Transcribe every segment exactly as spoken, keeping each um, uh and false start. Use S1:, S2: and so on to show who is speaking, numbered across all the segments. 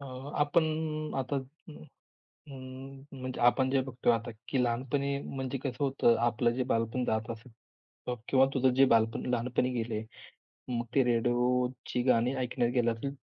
S1: अ, आपण आता अं, अं, म्हणजे आपण जे बघतो आता, की लहानपणी म्हणजे कसं होतं, आपलं जे बालपण जात असेल, अ, किंवा तुझं जे बालपण लहानपणी गेले, मग ते रेडिओची गाणी ऐकण्यात गेलं असेल,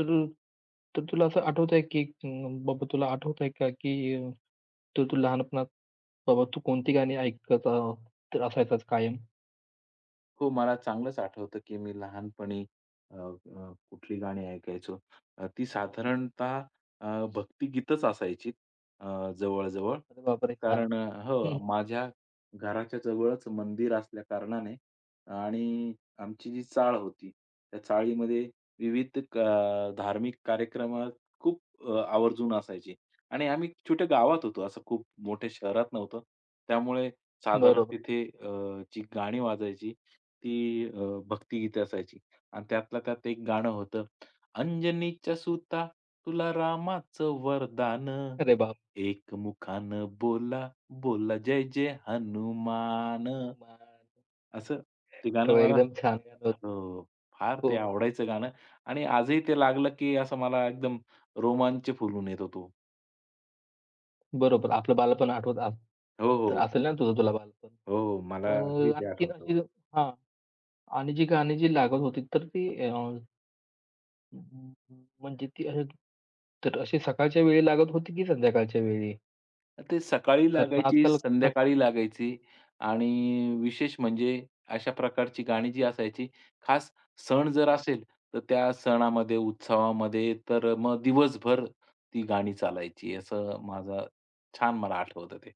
S1: तर तर तुला असं आठवतंय, की अं, बाबा तुला आठवतंय का, की अ, तर तू लहानपणात बाबा तू कोणती गाणी ऐकत अ, तर असायचाच कायम?
S2: हो, मला चांगलंच आठवतं, की मी लहानपणी अ, अ, कुठली गाणी ऐकायचो. अ, ती
S1: हं.
S2: साधारणतः अ, भक्तिगीतच असायची अ, जवळ-जवळ.
S1: अरे बापरे! छान.
S2: कारण अ, हो,
S1: हं,
S2: माझ्या घराच्या जवळच मंदिर असल्या कारणाने आणि आमची जी चाळ होती, त्या चाळीमध्ये विविध क धार्मिक कार्यक्रम खूप अ, आवर्जून असायचे आणि आम्ही छोट्या गावात होतो, असं खूप मोठ्या शहरात नव्हतं. त्यामुळे साधारण
S1: बरोबर.
S2: तिथे अ, जी गाणी वाजायची ती अ, भक्तिगीतं असायची आणि त्यातल्या त्यात एक गाणं होतं, "अंजनीच्या सुता तुला रामाचं वरदान,
S1: अरे बाप!
S2: एकमुखानं बोला, बोला जय जय हनुमान."
S1: हनुमान.
S2: असं ते गाणं
S1: हो,
S2: मला
S1: एकदम छान गाणं होतं.
S2: हो, फार
S1: हो.
S2: ते आवडायचं गाणं आणि आजही ते लागलं, की असं मला एकदम रोमांच फुलून येतो तो.
S1: बरोबर. आपलं बालपण आठवत आ
S2: हो,
S1: तर
S2: हो.
S1: असेल ना तुझं तुला बालपण.
S2: हो, हो.
S1: अ,
S2: मला अगदी ते
S1: आणखीन
S2: आठवतं.
S1: अशी. हां. आणि जी गाणी जी लागत होती तर ती अ, म्हणजे ती अ, तर अशी सकाळच्या वेळी लागत होती की संध्याकाळच्या वेळी?
S2: ते सकाळी
S1: कारण
S2: लागायची,
S1: आजकाल कसं.
S2: संध्याकाळी
S1: हं,
S2: लागायची आणि विशेष म्हणजे अशा प्रकारची गाणी जी असायची, खास सण जर
S1: हं.
S2: असेल, तर त्या सणामध्ये, उत्सवामध्ये तर मग दिवसभर ती गाणी चालायची. असं माझं छान मला आठवतं ते.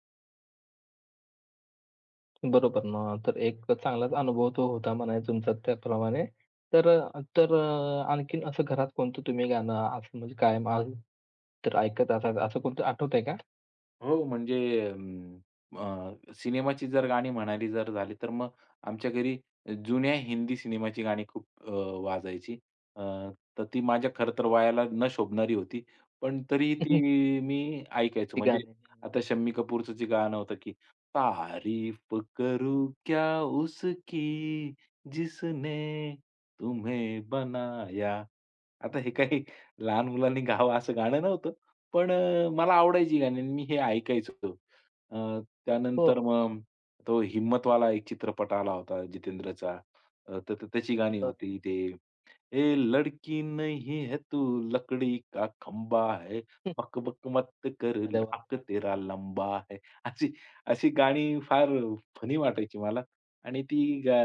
S1: बरोबर ना. तर एक चांगलाच अनुभव तो होता म्हणायचा तुमचा त्याप्रमाणे. तर अ, तर अ, आणखीन असं घरात कोणतं तुम्ही गाणं असं म्हणजे कायम आज तर ऐकत असाल असं कोणतं आठवतंय का?
S2: हो, म्हणजे अं, अ, सिनेमाची जर गाणी म्हणायली जर झाली, तर मग आमच्या घरी जुन्या हिंदी सिनेमाची गाणी खूप अ, वाजायची. अ, तर ती माझ्या खरं तर वयाला न शोभणारी होती, पण तरीही ती मी ऐकायचो.
S1: ती
S2: म्हणजे
S1: गाणी?
S2: आता शम्मी कपूरचं जे गाणं होतं, की तारीफ करू क्या उसकी, जिसने तुम्हें बनाया. आता हे
S1: हं, हं.
S2: काही लहान मुलांनी गावं असं गाणं नव्हतं पण अ, मला आवडायची गाणी आणि मी हे ऐकायचो. अ,
S1: हो.
S2: त्यानंतर मग तो हिम्मतवाला एक चित्रपट आला होता जितेंद्रचा. अ, तर तर त्याची गाणी
S1: अ,
S2: होती ते, "ए लडकी नहीं है तू लकड़ी का खंबा है,
S1: हं.
S2: बक बक मत कर
S1: अरे वाह!
S2: नाक
S1: छान.
S2: तेरा लंबा है." अशी अशी गाणी फार फनी वाटायची मला आणि ती गा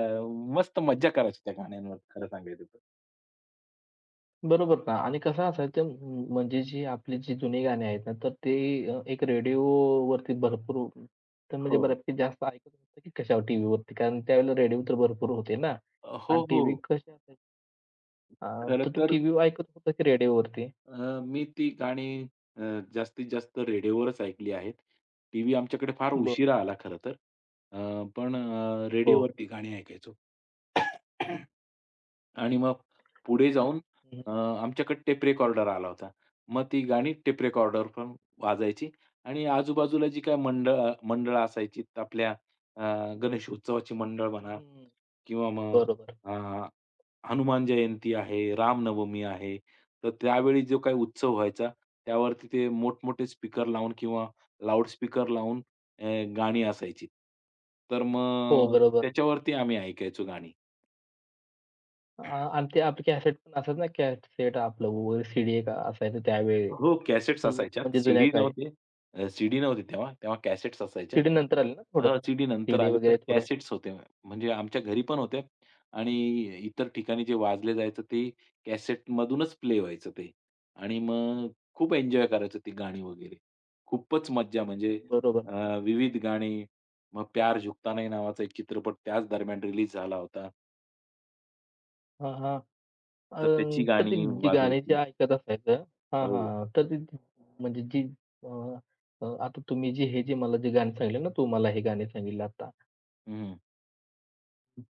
S2: मस्त मज्जा करायची त्या गाण्यांवर खरं सांगायचं तर.
S1: बरोबर ना. आणि कसं असायचं म्ह म्हणजे जी आपली जी जुनी गाणी आहेत ना, तर ते अ, एक रेडिओवरती भरपूर. तर म्हणजे
S2: हो, हो.
S1: बऱ्यापैकी जास्त ऐकत होतं की कशावर टीव्हीवरती, कारण त्यावेळेला रेडिओ तर भरपूर होते ना.
S2: हो,
S1: आणि टीव्ही
S2: हो.
S1: कसे असायचे. अ,
S2: खरं
S1: तर तू
S2: तर
S1: टीव्ही ऐकत होता की रेडिओवरती?
S2: अ, मी ती गाणी अ, जास्तीत जास्त रेडिओवरच ऐकली आहेत. टीव्ही आमच्याकडे फार उशिरा
S1: बरोबर.
S2: आला खरं तर. अ, पण अ,
S1: हो.
S2: रेडिओवरती गाणी ऐकायचो. आणि मग पुढे
S1: आणि.
S2: जाऊन
S1: हं,
S2: अ, आमच्याकडे टेप रेकॉर्डर आला होता. मग ती गाणी टेप रेकॉर्डरवर पण वाजायची आणि आजूबाजूला जी काही मंडळ मंडळं असायची आपल्या अ, गणेश उत्सवाची मंडळ म्हणा
S1: हं.
S2: किंवा मग
S1: बरोबर.
S2: अ, हनुमान जयंती आहे, रामनवमी आहे. तर त्यावेळी जो काही उत्सव व्हायचा, त्यावरती ते मोठमोठे स्पीकर लावून किंवा लाउडस्पीकर लावून अ, गाणी असायची. तर
S1: हो,
S2: मग
S1: बरोबर.
S2: त्याच्यावरती आम्ही ऐकायचो गाणी.
S1: अ, आणि ते आपली कॅसेट पण असतात ना, कॅसेट आपलं वर सी-डी एक असायचं त्यावेळी.
S2: हो, कॅसेट्स
S1: हं,
S2: असायच्या.
S1: म्हणजे जुन्या
S2: सीडी
S1: काळी.
S2: नव्हते. अ, सीडी नव्हती तेव्हा. तेव्हा कॅसेट्स असायच्या.
S1: थ्रीडी नंतर आली ना थोडं.
S2: अ, सीडी नंतर
S1: थ्रीडी
S2: आली तर
S1: वगैरे थोडं.
S2: कॅसेट्स होते. म्हणजे आमच्या घरी पण होते आणि इतर ठिकाणी जे वाजले जायचं ते कॅसेटमधूनच प्ले व्हायचं ते आणि मग खूप एन्जॉय करायचो ती गाणी वगैरे. खूपच मज्जा म्हणजे
S1: बरोबर
S2: अ,
S1: ना.
S2: विविध गाणी. मग प्यार झुकता नहीं नावाचा एक चित्रपट त्याच दरम्यान रिलीज झाला होता.
S1: हां, हां. अ,
S2: तर त्याची
S1: तर ती
S2: गाणी
S1: जी गाणी जी
S2: वाजायची.
S1: ऐकत असायचं. हां,
S2: हो.
S1: हां. तर ती म्हणजे जी. अ, अ, आता तुम्ही जी हे जे मला जे गाणी सांगितलं ना, तू मला हे गाणी सांगितलं आता.
S2: हं.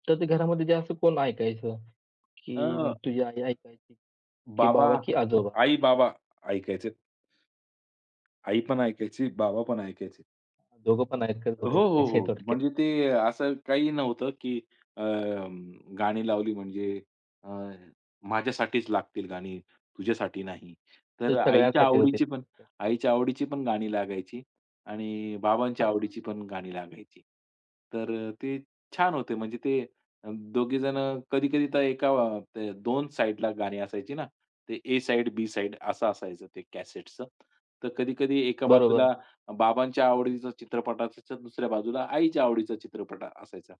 S1: तर ते घरामध्ये जे असं कोण ऐकायचं,
S2: अ
S1: की तुझी आई ऐकायची, की
S2: बाबा,
S1: बाबा की आजोबा.
S2: आई-बाबा ऐकायचे. आई पण ऐकायची, बाबा पण ऐकायचे.
S1: दोघं पण ऐकत
S2: हो,
S1: होते
S2: हो,
S1: म्हणायचे
S2: हो.
S1: थोडक्यात.
S2: म्हणजे ते असं काही नव्हतं, की अ, गाणी लावली म्हणजे अ, माझ्यासाठीच लागतील गाणी, तुझ्यासाठी नाही.
S1: ते
S2: तर आईच्या
S1: सगळ्यांसाठीच होते
S2: आवडीची
S1: ते
S2: पण
S1: थोडक्यात.
S2: आईच्या आवडीची पण गाणी लागायची आणि बाबांच्या
S1: हां, हां.
S2: आवडीची पण गाणी लागायची. तर अ, ते छान होते म्हणजे ते अ, दोघे जण कधी-कधी तर एका अ, ते दोन साइडला गाणी असायची ना, ते ए साइड, बी साइड असं असायचं ते कॅसेटचं. तर कधी-कधी एका
S1: बरोबर
S2: बाजूला
S1: ना.
S2: बाबांच्या आवडीचा चित्रपट असायचा, दुसऱ्या बाजूला आईच्या आवडीचा चित्रपट असायचा.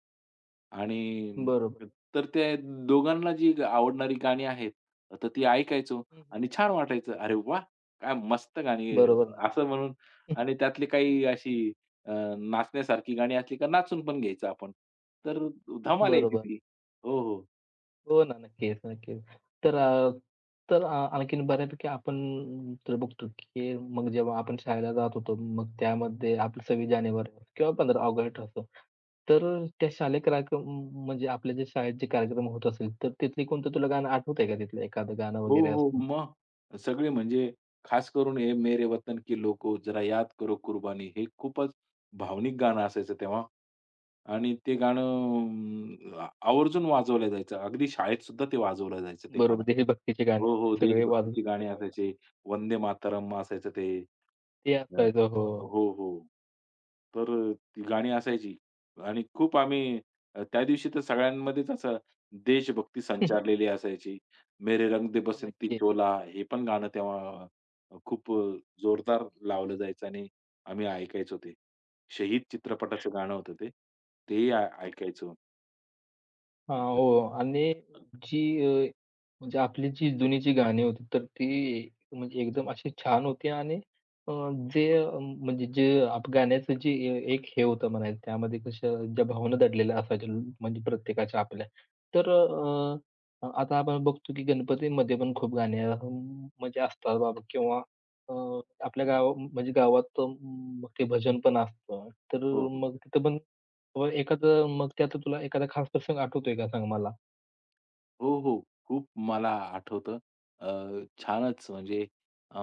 S2: आणि
S1: बरोबर.
S2: तर ते दोघांना जी आवडणारी गाणी आहेत, तर ती ऐकायचो
S1: हं, हं.
S2: आणि छान वाटायचं. "अरे वाह! काय मस्त गाणी आहे."
S1: बरोबर ना. हो.
S2: असं म्हणून आणि त्यातली काही अशी अ, नाचण्यासारखी गाणी असली का नाचून पण घ्यायचं आपण. तर धमाल यायची
S1: बरोबर.
S2: ती. हो, हो.
S1: हो ना. नक्कीच, नक्कीच. तर अ, तर अ, आणखीन बऱ्यापैकी आपण तर बघतो, की मग जेव्हा आपण शाळेला जात होतो, मग त्यामध्ये आपलं सव्वीस जानेवारी किंवा पंधरा ऑगस्ट असो. तर अ, त्या शालेय कार्यक्रम. म्हणजे आपल्या जे शाळेत जे कार्यक्रम होत असेल, तर तिथली कोणतं तुला गाणं आठवतंय का, तिथलं एखादं गाणं
S2: हो,
S1: वगैरे
S2: हो.
S1: असं?
S2: मग सगळे म्हणजे खास करून हे मेरे वतन की लोको जरा याद करो कुर्बानी हे खूपच भावनिक गाणं असायचं तेव्हा आणि ते गाणं अ, आवर्जून वाजवलं जायचं. अगदी शाळेत सुद्धा ते वाजवलं जायचं ते गाणं.
S1: बरोबर. देशभक्तीचे गाणे
S2: हो,
S1: आपले
S2: हो.
S1: सगळे वाजत
S2: देशभक्तीची
S1: होते
S2: गाणी
S1: त्यावेळेला.
S2: असायची. वंदे मातरम असायचं ते.
S1: ते
S2: हं.
S1: असायचं हो.
S2: हो, हो. तर ती गाणी असायची आणि खूप आम्ही अ, त्या दिवशी तर सगळ्यांमध्येच असं देशभक्ती संचारलेली असायची. मेरे रंग दे बसंती
S1: नक्कीच.
S2: चोला हे पण गाणं तेव्हा खूप अ, जोरदार लावलं जायचं आणि आम्ही ऐकायचो ते. शहीद चित्रपटाचं गाणं होतं ते. ते आ ऐकायचो.
S1: हां, हो. आणि जी अ, म्हणजे आपली जी जुनी जी गाणी होती, तर ती म्हणजे एकदम अशी छान होती. आणि अ, जे अ, म्हणजे जे आप गाण्याचं जे अ, एक हे होतं म्हणायचं, त्यामध्ये कशा ज्या भावना दडलेल्या असायच्या, म्हणजे प्रत्येकाच्या आपल्या. तर अ, अ, आता आपण बघतो, की गणपतीमध्ये पण खूप गाणी अ, म्हणजे असतात बाबा, किंवा अ, आपल्या गावा म्हणजे गावात अ, मग ते भजन पण असतं. तर
S2: हो, हो.
S1: मग तिथं पण व एखादं, मग त्यात तुला एखादा खास प्रसंग आठवतोय का, सांग मला?
S2: हो, हो. खूप मला आठवतं. अ, छानच म्हणजे अ,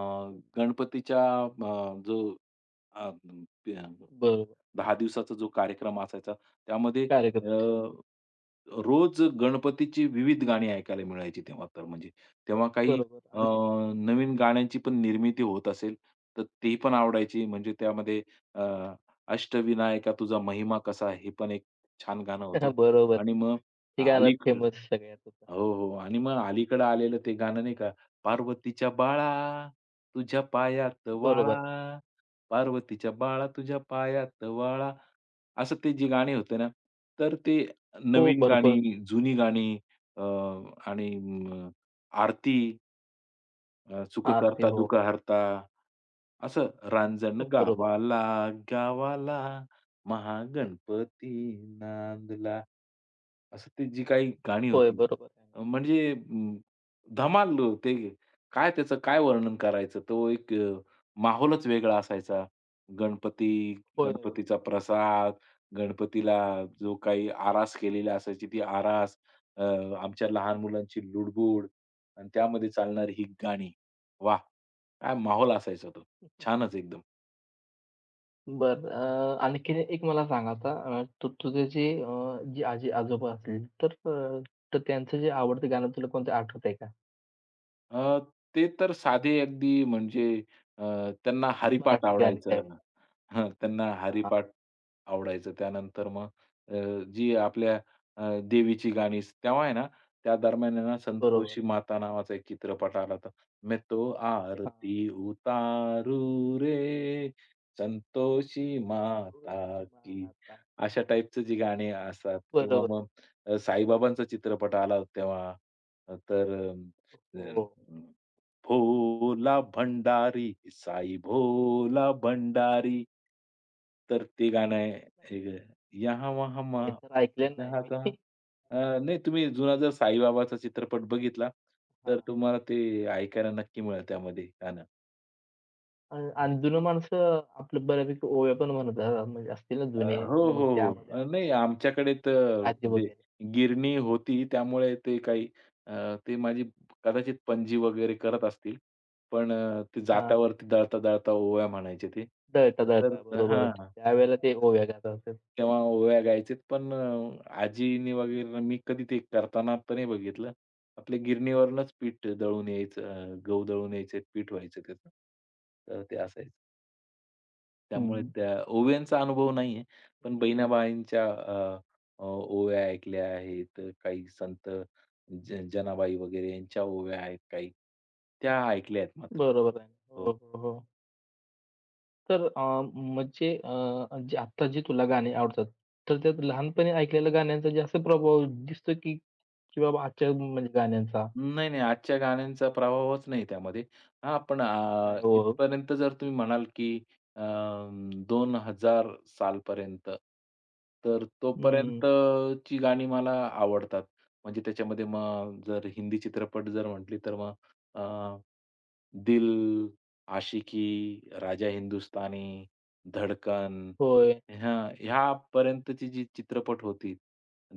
S2: गणपतीच्या अ, जो अ,
S1: बरोबर.
S2: दहा दिवसाचा जो कार्यक्रम असायचा त्यामध्ये अ,
S1: कार्यक्रम.
S2: रोज गणपतीची विविध गाणी ऐकायला मिळायची तेव्हा तर म्हणजे. तेव्हा काही
S1: बरोबर.
S2: अ,
S1: आणि.
S2: नवीन गाण्यांची पण निर्मिती होत असेल, तर ती पण आवडायची. म्हणजे त्यामध्ये अ, अष्टविनायका तुझा महिमा कसा हे पण एक छान गाणं होतं
S1: बरोबर.
S2: आणि मग
S1: ते गाणं
S2: अलीक
S1: फेमस सगळ्यात होतं.
S2: हो, हो. आणि मग अलीकडं आलेलं ते गाणं नाही का, पार्वतीच्या बाळा तुझ्या पायात वाळा,
S1: बरोबर.
S2: पार्वतीच्या बाळा तुझ्या पायात वाळा. असं ते जी गाणी होते ना, तर ते
S1: हो,
S2: नवीन
S1: भरपूर.
S2: गाणी, जुनी गाणी अ, आणि अ, आरती अ, सुख
S1: आरती
S2: करता दुःख
S1: हो.
S2: हरता असं रांजण
S1: बरोबर.
S2: गावाला, गावाला महागणपती नांदला. असं ती जी काही गाणी
S1: होय,
S2: होती.
S1: बरोबर आहे.
S2: अ, म्हणजे अं, धमाल ते काय त्याचं काय वर्णन करायचं? तो एक अ, माहोलच वेगळा असायचा. गणपती,
S1: होय, होय,
S2: गणपतीचा
S1: होय.
S2: प्रसाद, गणपतीला जो काही आरास केलेली असायची ती आरास, अ, आमच्या लहान मुलांची लुडबुड आणि त्यामध्ये चालणारी ही गाणी. वाह! काय माहोल असायचा तो. छानच एकदम.
S1: बरं. अ, आणखीन एक मला सांग आता. अ, तू तुझे जे अ, जे आजी-आजोबा असतील तर अ, तर त्यांचं जे आवडतं गाणं तुला कोणतं आठवतंय का?
S2: अ, ते तर साधे अगदी म्हणजे अ, त्यांना हरिपाठ
S1: मराठी गाणी
S2: आवडायचं.
S1: त्यावेळेला?
S2: हं, त्यांना
S1: हां,
S2: हरिपाठ आवडायचं. त्यानंतर मग अ, जी आपल्या अ, देवीची गाणी तेव्हा आहे ना, त्या दरम्यान आहे ना,
S1: बरोबर.
S2: संतोषी माता नावाचा एक चित्रपट आला होता. "मैं तो आरती
S1: हां.
S2: उतारू रे, संतोषी
S1: संतोषी
S2: माता की."
S1: माता.
S2: अशा टाईपचं जी गाणी असतात किंवा
S1: बरोबर.
S2: मग अ, साईबाबांचा चित्रपट आला तेव्हा. तर
S1: हो.
S2: अ, भोला भंडारी, साई भोला भंडारी. तर ते गाणं आहे.
S1: नाही,
S2: एक यहाँ वहाँ मा
S1: हे तर ऐकलेलं नाही
S2: जहाँ
S1: मी.
S2: तहाँ अ,
S1: गाणं.
S2: नाही तुम्ही जुना जर साईबाबाचा चित्रपट बघितला, तर
S1: हां.
S2: तुम्हाला ते ऐकायला नक्की मिळेल त्यामध्ये गाणं.
S1: अ, आणि जुनं माणसं आपलं बऱ्यापैकी ओव्या पण म्हणतात, म्हणजे असतील ना
S2: अ,
S1: जुने.
S2: हो,
S1: मग
S2: हो.
S1: त्यामध्ये
S2: अ,
S1: आता
S2: नाही आमच्याकडे तर
S1: आजी
S2: म्हणजे
S1: वगैरे.
S2: गिरणी होती त्यामुळे ते काही अ, ते माझी कदाचित पणजी वगैरे करत असतील. पण अ, ते
S1: हां,
S2: जात्यावरती दळता-दळता ओव्या म्हणायचे ते.
S1: दळता,
S2: तर
S1: दळता बरोबरच.
S2: हां,
S1: त्यावेळेला ते ओव्या गात असतात.
S2: तेव्हा ओव्या गायचे. पण अ, आजीनी वगैरे मी कधी ते करताना तर नाही बघितलं. आपल्या गिरणीवरूनच पीठ दळून यायचं, अ, गहू दळून यायचे, पीठ व्हायचं त्याचं. तर ते असायचं. त्यामुळे
S1: हं.
S2: त्या ओव्यांचा अनुभव नाहीये. पण
S1: हं,
S2: बहिणाबाईंच्या अ, अ, ओव्या ऐकल्या आहेत. काही संत ज जनाबाई वगैरे यांच्या ओव्या आहेत काही. त्या ऐकल्या आहेत मात्र.
S1: बरोबर आहे.
S2: हो.
S1: हो, हो, हो. तर अ, म्हणजे अ, जे आत्ता जी तुला गाणी आवडतात, तर त्यात लहानपणी ऐकलेल्या गाण्यांचा जास्त प्रभाव दिसतो, की की बाबा आजच्या म्हणजे गाण्यांचा.
S2: नाही, नाही. आजच्या गाण्यांचा प्रभावच नाही त्यामध्ये. हां, पण अ,
S1: नाही हो.
S2: इथपर्यंत जर तुम्ही म्हणाल की अ, दोन हजार सालपर्यंत, तर
S1: हं,
S2: तोपर्यंतची गाणी मला आवडतात. म्हणजे त्याच्यामध्ये मग जर हिंदी चित्रपट जर म्हटली, तर मग दिल, आशिकी, राजा हिंदुस्तानी, धडकन
S1: होय.
S2: ह्या ह्यापर्यंतची जी चित्रपट होती,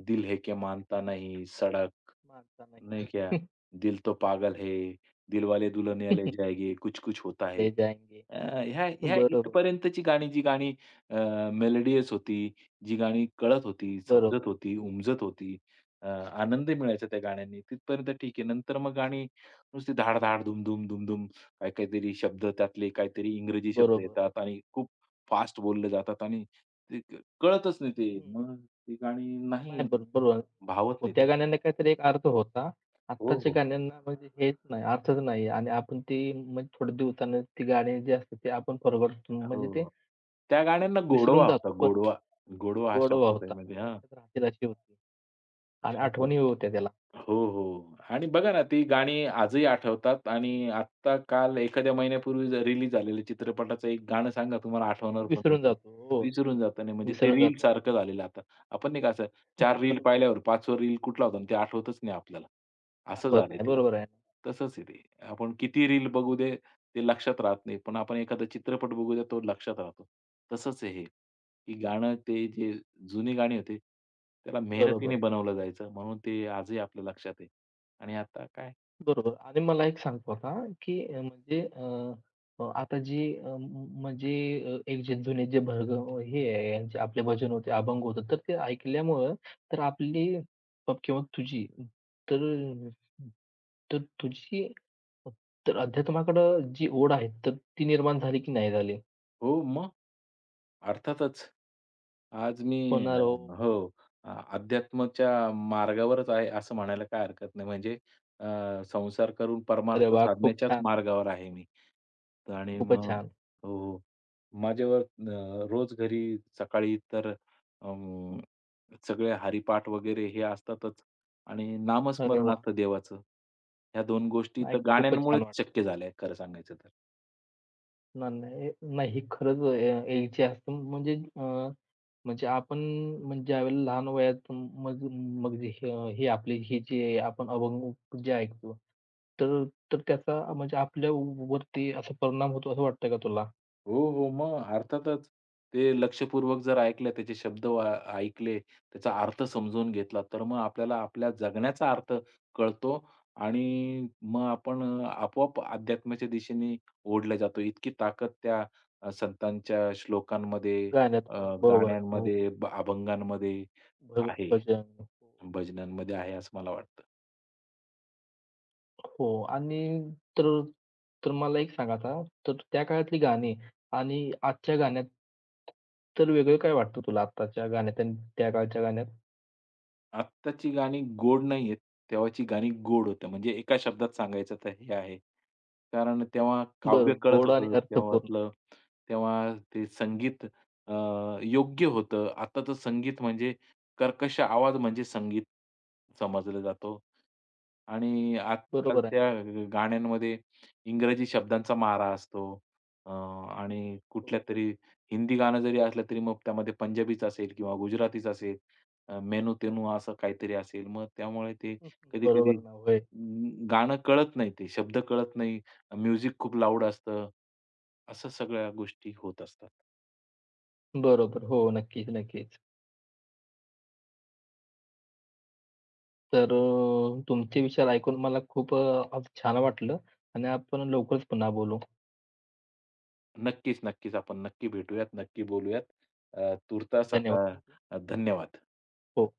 S2: दिल है क्या मानता नहीं, सडक.
S1: मारता
S2: नहीं
S1: नहीं.
S2: क्या, दिल तो पागल है, दिल दिलवाले दुल्हनिया ले जाएंगे, कुछ कुछ होता
S1: ले
S2: है.
S1: जाएंगे.
S2: अ, ह्या ह्या
S1: बरोबर,
S2: इथपर्यंतची गाणी, जी गाणी अ, मेलोडियस होती, जी गाणी कळत होती, समजत
S1: बरोबर,
S2: होती, उमजत होती, अ, आनंद मिळायचा त्या गाण्यांनी, तिथपर्यंत ठीक आहे. नंतर मग गाणी नुसती धाड-धाड, धूम-धूम, धूम-धूम, काही काहीतरी शब्द त्यातले काहीतरी इंग्रजी शब्द
S1: बरोबर.
S2: येतात आणि खूप फास्ट बोलले जातात आणि ते क कळतच नाही
S1: हं,
S2: ते.
S1: हं.
S2: मग ती गाणी
S1: नाही
S2: नाही,
S1: बरो बरोबर.
S2: भावत
S1: हो,
S2: नाही
S1: त्या
S2: ती.
S1: गाण्यांना काहीतरी एक अर्थ होता.
S2: हो,
S1: आत्ताच्या
S2: हो.
S1: गाण्यांना म्हणजे हेच नाही, अर्थच नाही. आणि आपण ती, म्हणजे थोड्या दिवसानं ती गाणी जी असतात, ते आपण फॉरगॉटन, म्हणजे ते
S2: हो. त्या गाण्यांना
S1: विसरून
S2: गोडवा होता,
S1: जातो. पण
S2: गोडवा. गोडवा हा
S1: गोडवा
S2: शब्द
S1: होता,
S2: त्यामध्ये
S1: आणि
S2: हां.
S1: लक्षात राहतील अशी होती आणि
S2: असं
S1: आठवणी होत्या त्याला.
S2: हो, हो. आणि बघा ना, ती गाणी आजही आठवतात आणि आत्ता काल एखाद्या महिन्यापूर्वी रिलीज झालेल्या चित्रपटाचं एक गाणं सांगा तुम्हाला आठवणार पण नाही
S1: विसरून
S2: ते.
S1: जातो. हो,
S2: विसरून जाता नाही म्हणजे ते
S1: विसरून जातो.
S2: रीलसारखं झालेलं आता. आपण नाही का असं चार रील
S1: बरोबर.
S2: पाहिल्यावर पाचवा रील कुठला होता आणि ते आठवतच नाही आपल्याला. असं
S1: आठवत
S2: झालंय
S1: नाही.
S2: ते.
S1: बरोबर आहे ना.
S2: तसंच आहे ते. आपण किती रील बघू दे, ते लक्षात राहत नाही. पण आपण एखादा चित्रपट बघू द्या, तो लक्षात राहतो. तसंच आहे हे, की गाणं ते जे जुनी गाणी होती. त्याला मेहनतीने
S1: बरोबर.
S2: बनवलं जायचं म्हणून ते आजही आपल्या लक्षात आहे आणि आता काय
S1: बरोबर. आणि मला एक सांगतो आता, की अ, म्हणजे अ, अ, आता जी अ, म म्हणजे अ, एक जे जुने जे भरगव हे आहे यांचे आपले भजन होते, अभंग होते, तर ते ऐकल्यामुळं तर आपली प किंवा तुझी तर तर तुझी, तर अध्यात्माकडं जी ओढ आहे, तर ती निर्माण झाली की नाही झाली?
S2: हो, मग. अर्थातच. आज मी
S1: होणार
S2: अ,
S1: हो,
S2: हो,
S1: बरोबर.
S2: अ, अध्यात्माच्या मार्गावरच आहे असं म्हणायला काही हरकत नाही. म्हणजे अ, संसार करून
S1: अरे
S2: परमार्थ
S1: वाह! खूप
S2: साधण्याच्याच
S1: छान,
S2: मार्गावर आहे मी. तर आणि
S1: खूपच
S2: मग
S1: छान.
S2: हो, हो. माझ्यावर अ, रोज घरी सकाळी तर अं, सगळे हरिपाठ वगैरे हे असतातच आणि
S1: अरे वाह!
S2: नामस्मरणार्थ देवाचं. ह्या दोन गोष्टी
S1: नाही,
S2: तर
S1: खूपच छान
S2: गाण्यांमुळेच
S1: वाटलं.
S2: शक्य झाल्या आहेत खरं सांगायचं तर.
S1: ना नाही नाही, हे खरंच अ, एक जे असतं, म्हणजे म्हणजे आपण म्हणजे ज्यावेळेला लहान वयात मग मग जे हे हे आपले हे जे आपण अभंग जे ऐकतो, तर तर त्याचा म्हणजे आपल्यावरती असा परिणाम होतो असं वाटतं का तुला?
S2: हो, हो. मग अर्थातच. ते लक्षपूर्वक जर ऐकलं, त्याचे शब्द वा ऐकले, त्याचा अर्थ समजून घेतला, तर मग आपल्याला आपल्या जगण्याचा अर्थ कळतो आणि मग आपण अ, आपोआप अध्यात्माच्या दिशेने ओढले जातो. इतकी ताकद त्या अ, संतांच्या श्लोकांमध्ये,
S1: गाण्यात.
S2: अ,
S1: बरोबर आहे ना. हो.
S2: गाण्यांमध्ये, ब अभंगांमध्ये
S1: भ
S2: आहे,
S1: भजन.
S2: भजनांमध्ये आहे, असं मला वाटतं.
S1: हो. आणि तर तर मला एक सांगा आता, तर त्या काळातली गाणी आणि आजच्या गाण्यात, तर वेगळं काय वाटतं तुला आत्ताच्या गाण्यात आणि त्या काळच्या गाण्यात?
S2: आत्ताची गाणी गोड नाहीयेत. तेव्हाची गाणी गोड होती. म्हणजे एका शब्दात सांगायचं तर हे आहे. कारण तेव्हा
S1: बरं,
S2: काव्य कळत
S1: गोड आणि
S2: होतं
S1: अर्थपूर्ण.
S2: तेव्हातलं. तेव्हा ते संगीत अ, योग्य होतं. आत्ताचं संगीत म्हणजे कर्कश आवाज म्हणजे संगीत समजला जातो. आणि
S1: बरोबर आहे ना. हो.
S2: आजकालच्या गाण्यांमध्ये इंग्रजी शब्दांचा मारा असतो. अ, आणि
S1: हो.
S2: कुठल्यातरी हिंदी गाणं जरी असलं तरी मग त्यामध्ये पंजाबीच असेल किंवा गुजरातीच असेल. मेनू-तेनू असं काहीतरी असेल. मग त्यामुळे ते
S1: हम्म,
S2: कधी-कधी
S1: बरोबर ना. होय.
S2: अं, गाणं कळत नाही ते. शब्द कळत नाही. म्युझिक खूप लाऊड असतं. असं सगळ्या गोष्टी होत असतात.
S1: बरोबर. हो. नक्कीच, नक्कीच. तर अ, तुमचे विचार ऐकून मला खूप अ, छान वाटलं, आणि आपण लवकरच पुन्हा बोलू.
S2: नक्कीच, नक्कीच. आपण नक्की भेटूयात, नक्की बोलूयात. अ, तूर्तास आता
S1: धन्यवाद. Thank you.
S2: अ, धन्यवाद.
S1: हो.